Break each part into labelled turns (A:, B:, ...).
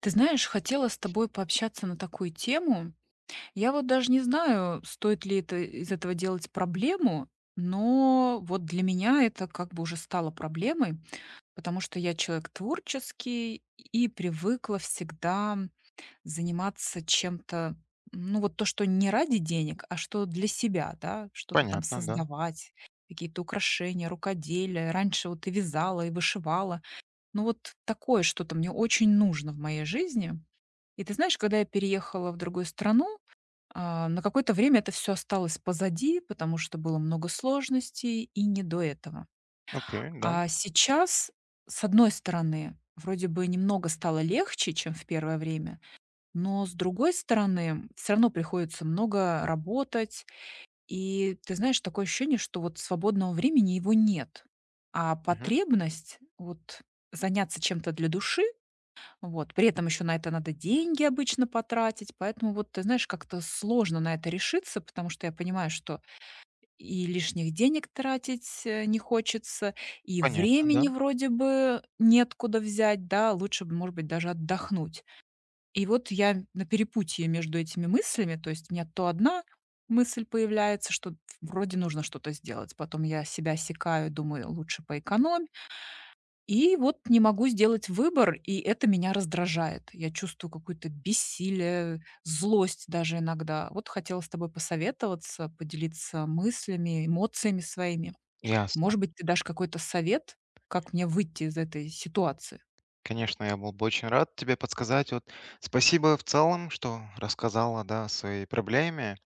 A: Ты знаешь, хотела с тобой пообщаться на такую тему. Я вот даже не знаю, стоит ли это из этого делать проблему, но вот для меня это как бы уже стало проблемой, потому что я человек творческий и привыкла всегда заниматься чем-то, ну вот то, что не ради денег, а что для себя, да, что-то там
B: Понятно, да.
A: создавать, какие-то украшения, рукоделие. Раньше вот и вязала, и вышивала. Ну вот такое что-то мне очень нужно в моей жизни. И ты знаешь, когда я переехала в другую страну, на какое-то время это все осталось позади, потому что было много сложностей и не до этого.
B: Окей, да.
A: А сейчас, с одной стороны, вроде бы немного стало легче, чем в первое время, но с другой стороны, все равно приходится много работать. И ты знаешь, такое ощущение, что вот свободного времени его нет, а
B: Мгм.
A: потребность вот заняться чем-то для души, вот. При этом еще на это надо деньги обычно потратить, поэтому вот, ты знаешь, как-то сложно на это решиться, потому что я понимаю, что и лишних денег тратить, не хочется, и
B: Понятно, да.
A: времени вроде бы нет куда взять, да, лучше бы, может быть, даже отдохнуть. И вот я на перепутье между этими мыслями, то есть у меня то одна мысль появляется, что вроде нужно что-то сделать, потом я себя осекаю, думаю, лучше поэкономить, и вот не могу сделать выбор, и это меня раздражает. Я чувствую какое-то бессилие, злость даже иногда. Вот хотела с тобой посоветоваться, поделиться мыслями, эмоциями своими.
B: Ясно.
A: Может быть, ты дашь какой-то совет, как мне выйти из этой ситуации?
B: Конечно, я был бы очень рад тебе подсказать. Вот спасибо в целом, что рассказала, да, о своей проблеме.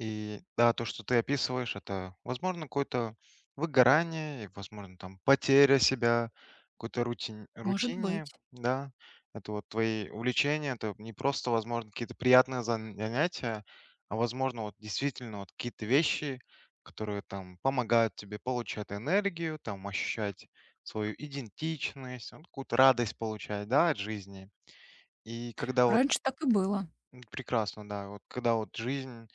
B: И да, то, что ты описываешь, это, возможно, какое-то выгорание, и, возможно, там потеря себя, какой-то
A: Может
B: рутине,
A: быть.
B: да. Это вот твои увлечения, это не просто, возможно, какие-то приятные занятия, а, возможно, вот действительно вот какие-то вещи, которые там помогают тебе получать энергию, там ощущать свою идентичность, ну, какую-то радость получать, да, от жизни. И когда вот.
A: Раньше так и было.
B: Прекрасно, да. Вот когда вот жизнь,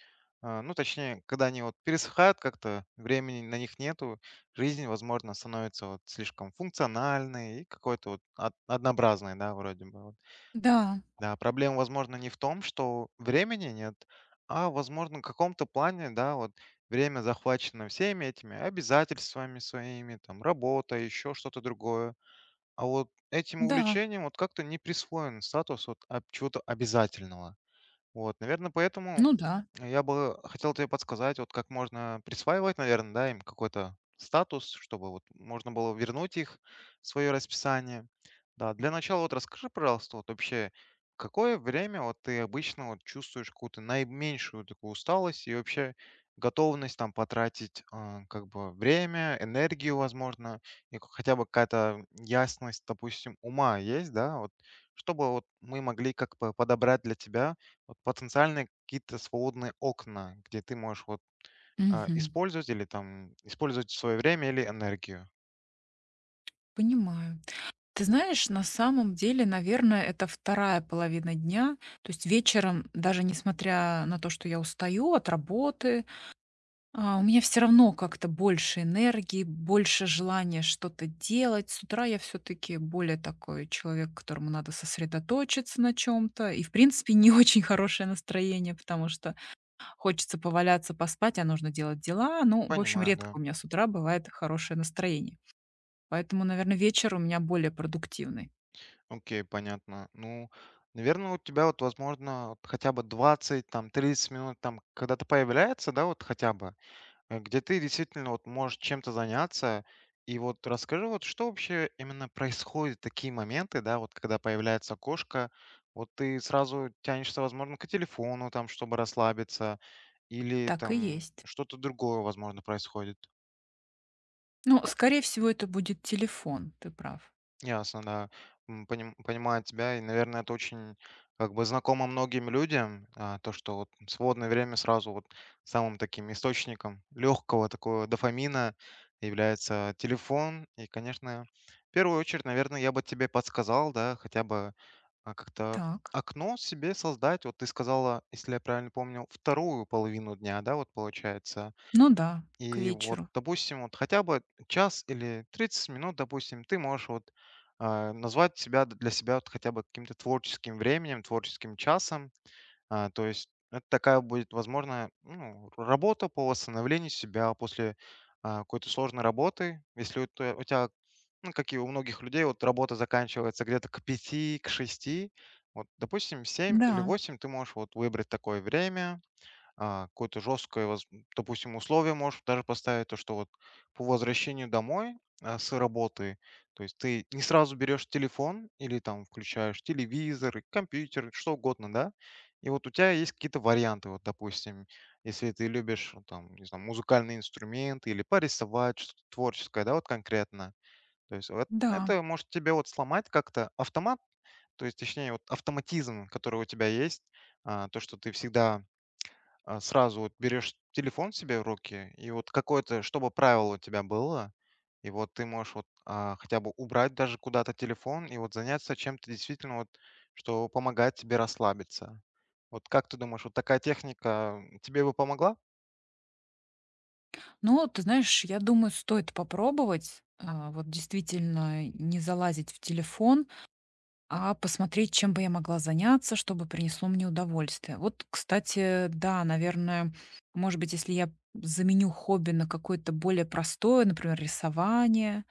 B: а, ну, точнее, когда они вот пересыхают как-то, времени на них нету, жизнь, возможно, становится вот слишком функциональной и какой-то вот однообразной, да, вроде бы. Вот.
A: Да,
B: Да, проблема, возможно, не в том, что времени нет, а, возможно, в каком-то плане, да, вот время захвачено всеми этими обязательствами своими, там, работа, еще что-то другое. А вот этим
A: да.
B: увлечением вот как-то не присвоен статус вот чего-то обязательного. Вот, наверное, поэтому
A: Ну да.
B: я бы хотел тебе подсказать, вот как можно присваивать, наверное, да, им какой-то статус, чтобы вот можно было вернуть их в свое расписание. Да, для начала вот расскажи, пожалуйста, вот вообще, в какое время вот ты обычно вот чувствуешь какую-то наименьшую такую усталость и вообще готовность там потратить а, как бы время, энергию, возможно, и хотя бы какая-то ясность, допустим, ума есть, да, вот чтобы вот мы могли как бы подобрать для тебя вот потенциально какие-то свободные окна, где ты можешь вот а,
A: Мгм.
B: использовать или там использовать свое время или энергию.
A: Понимаю. Ты знаешь, на самом деле, наверное, это вторая половина дня. То есть вечером, даже несмотря на то, что я устаю от работы, у меня все равно как-то больше энергии, больше желания что-то делать. С утра я все таки более такой человек, которому надо сосредоточиться на чем то. И, в принципе, не очень хорошее настроение, потому что хочется поваляться, поспать, а нужно делать дела. Ну, в общем,
B: Понимаю,
A: редко
B: да.
A: у меня с утра бывает хорошее настроение. Поэтому, наверное, вечер у меня более продуктивный.
B: Окей, понятно. Ну, наверное, у тебя вот, возможно, вот хотя бы 20 там, 30 минут, там, когда-то появляется, да, вот хотя бы. Где ты действительно вот можешь чем-то заняться. И вот расскажи, вот что вообще именно происходит в такие моменты, да, вот когда появляется кошка, вот ты сразу тянешься, возможно, к телефону, там, чтобы расслабиться, или
A: Так и
B: там
A: есть.
B: что-то другое, возможно, происходит.
A: Ну, скорее всего, это будет телефон, ты прав.
B: Ясно, да. Понимаю тебя. И, наверное, это очень как бы знакомо многим людям, а, то, что вот свободное время сразу вот самым таким источником легкого такого дофамина является телефон. И, конечно, в первую очередь, наверное, я бы тебе подсказал, да, хотя бы, а, как-то
A: Так.
B: окно себе создать. Вот ты сказала, если я правильно помню, вторую половину дня, да, вот получается.
A: Ну да, к
B: И вот,
A: вечеру.
B: допустим, вот хотя бы час или 30 минут, допустим, ты можешь вот а, назвать себя для себя вот хотя бы каким-то творческим временем, творческим часом. А, то есть это такая будет, возможно, ну, работа по восстановлению себя после а, какой-то сложной работы. Если у тебя, ну, как и у многих людей, вот работа заканчивается где-то к пяти, к шести, вот, допустим, семь или
A: Да,
B: 8, ты можешь вот выбрать такое время, а, какое-то жесткое, допустим, условие можешь даже поставить, то, что вот по возвращению домой а, с работы, то есть ты не сразу берешь телефон или там включаешь телевизор, и компьютер, что угодно, да, и вот у тебя есть какие-то варианты, вот, допустим, если ты любишь, ну, там, не знаю, музыкальные инструменты или порисовать что-то творческое, да, вот конкретно, то есть вот
A: да.
B: это может тебе вот сломать как-то автомат, то есть, точнее, вот автоматизм, который у тебя есть, а, то, что ты всегда а, сразу вот берешь телефон себе в руки, и вот какое-то, чтобы правило у тебя было, и вот ты можешь вот, а, хотя бы убрать даже куда-то телефон и вот заняться чем-то действительно вот, что помогает тебе расслабиться. Вот как ты думаешь, вот такая техника тебе бы помогла?
A: Но ты знаешь, я думаю, стоит попробовать, вот действительно не залазить в телефон, а посмотреть, чем бы я могла заняться, чтобы принесло мне удовольствие. Вот, кстати, да, наверное, может быть, если я заменю хобби на какое-то более простое, например, рисование,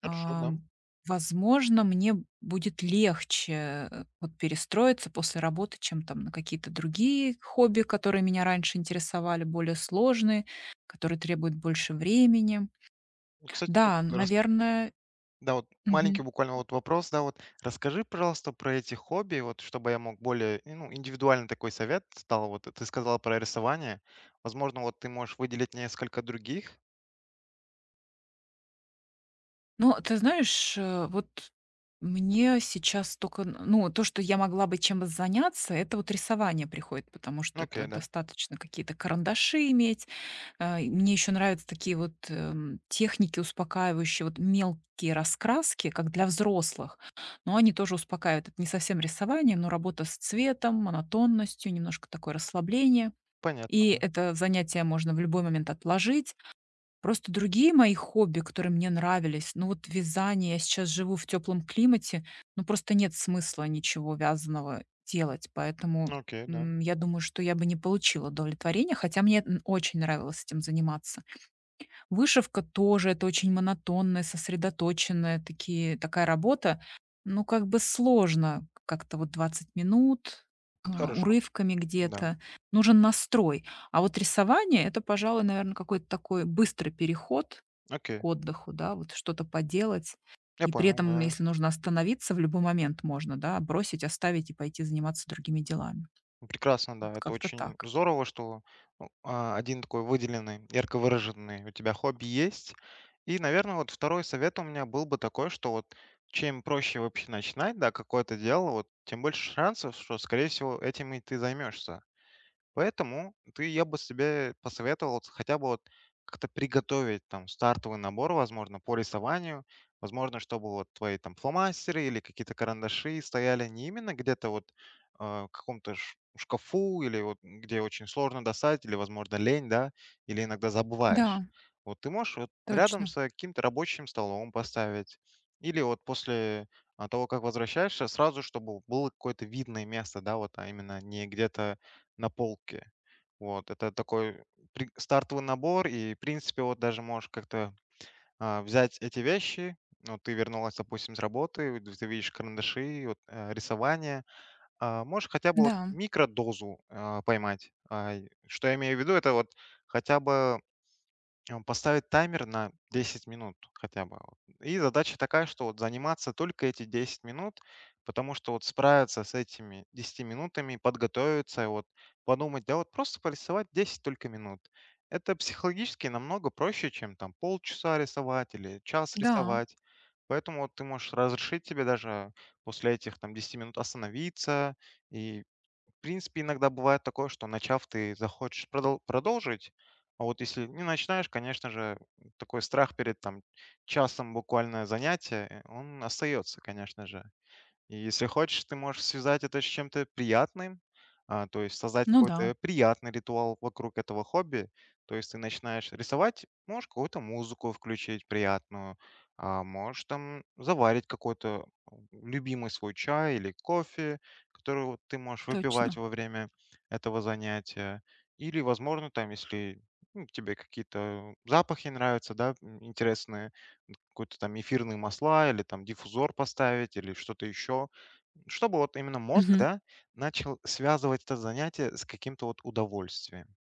B: Хорошо, да.
A: Ам, возможно, мне будет легче, вот перестроиться после работы, чем там на какие-то другие хобби, которые меня раньше интересовали, более сложные, которые требуют больше времени.
B: Ну, кстати, вот
A: Да,
B: рас-
A: наверное.
B: да, вот маленький буквально вот вопрос, да, вот расскажи, пожалуйста, про эти хобби, вот чтобы я мог более, и, ну, индивидуальный такой совет стал, вот ты сказала про рисование, возможно, вот ты можешь выделить несколько других.
A: Ну, ты знаешь, вот мне сейчас только, н ну, то, что я могла бы чем заняться, это вот рисование приходит, потому что
B: Окей,
A: это
B: да.
A: достаточно какие-то карандаши иметь. И мне еще нравятся такие вот, техники успокаивающие, вот мелкие раскраски, как для взрослых, но они тоже успокаивают. Это не совсем рисование, но работа с цветом, монотонностью, немножко такое расслабление. И
B: Понятно.
A: это занятие можно в любой момент отложить. Просто другие мои хобби, которые мне нравились, ну вот вязание, я сейчас живу в теплом климате, ну просто нет смысла ничего вязаного делать, поэтому,
B: Окей, да.
A: я думаю, что я бы не получила удовлетворения, хотя мне, очень нравилось этим заниматься. Вышивка тоже — это очень монотонная, сосредоточенная такие такая работа. Ну, как бы сложно как-то вот 20 минут,
B: Хорошо.
A: урывками
B: Да.
A: где-то. Нужен настрой. А вот рисование — это, пожалуй, наверное, какой-то такой быстрый переход к
B: Окей.
A: отдыху, да, вот что-то поделать.
B: Я
A: И при
B: понял,
A: этом,
B: да.
A: если нужно остановиться, в любой момент можно, да, бросить, оставить и пойти заниматься другими делами.
B: Прекрасно, да.
A: Вот
B: Это
A: как-то
B: очень
A: так.
B: здорово, что ну, а, один такой выделенный, ярко выраженный у тебя хобби есть. И, наверное, вот второй совет у меня был бы такой, что вот чем проще вообще начинать, да, какое-то дело, вот тем больше шансов, что, скорее всего, этим и ты займешься. Поэтому ты, я бы себе посоветовал вот хотя бы вот как-то приготовить там стартовый набор, возможно, по рисованию, возможно, чтобы вот твои там фломастеры или какие-то карандаши стояли не именно где-то вот в каком-то шкафу или вот где очень сложно достать или, возможно, лень, да, или иногда забываешь.
A: Да,
B: Вот ты можешь вот рядом
A: точно.
B: с каким-то рабочим столом поставить или вот после а, того, как возвращаешься, сразу, чтобы было какое-то видное место, да, вот, а именно не где-то на полке. Вот это такой при стартовый набор, и, в принципе, вот даже можешь как-то, а, взять эти вещи. Ну ты вернулась, допустим, с работы, вот ты видишь карандаши, вот, рисование. Можешь хотя бы вот
A: Да,
B: микродозу, а, поймать. И что я имею в виду, это вот хотя бы он поставить таймер на 10 минут хотя бы. Вот. И задача такая, что вот заниматься только эти 10 минут, потому что вот справиться с этими 10 минутами, подготовиться, и вот подумать, да вот просто порисовать 10 только минут. Это психологически намного проще, чем там полчаса рисовать или час
A: да.
B: рисовать. Поэтому вот ты можешь разрешить себе даже после этих там 10 минут остановиться и, в принципе, иногда бывает такое, что начав, ты захочешь продолжить, а вот если не начинаешь, конечно же, такой страх перед там часом буквально занятия, он остается, конечно же. И если хочешь, ты можешь связать это с чем-то приятным, а, то есть создать
A: Ну да,
B: какой-то приятный ритуал вокруг этого хобби. То есть ты начинаешь рисовать, можешь какую-то музыку включить приятную, а, можешь там заварить какой-то любимый свой чай или кофе, который вот ты можешь выпивать
A: точно.
B: во время этого занятия. Или, возможно, там, если ну, тебе какие-то запахи нравятся, да, интересные, какой-то там эфирные масла или там диффузор поставить или что-то еще, чтобы вот именно мозг,
A: Мгм.
B: да, начал связывать это занятие с каким-то вот удовольствием.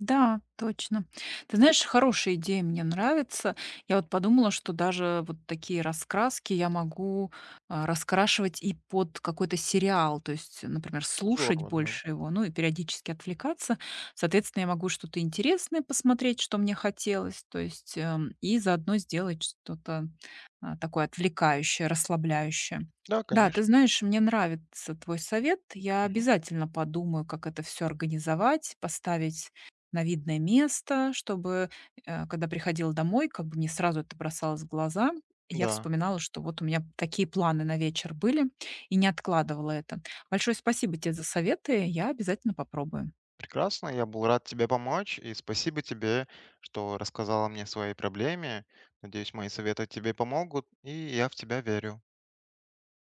A: Да, точно. Ты знаешь, хорошая идея, мне нравится. Я вот подумала, что даже вот такие раскраски я могу, раскрашивать и под какой-то сериал. То есть, например, слушать
B: Здорово, да.
A: больше его, ну и периодически отвлекаться. Соответственно, я могу что-то интересное посмотреть, что мне хотелось, то есть, и заодно сделать что-то такое отвлекающее, расслабляющее.
B: Да,
A: Да, ты
B: конечно.
A: знаешь, мне нравится твой совет. Я
B: Мгм.
A: обязательно подумаю, как это все организовать, поставить на видное место, чтобы, когда приходила домой, как бы мне сразу это бросалось в глаза. И я
B: Да,
A: вспоминала, что вот у меня такие планы на вечер были, и не откладывала это. Большое спасибо тебе за советы. Я обязательно попробую.
B: прекрасно. Я был рад тебе помочь, и спасибо тебе, что рассказала мне о своей проблеме. Надеюсь, мои советы тебе помогут, и я в тебя верю.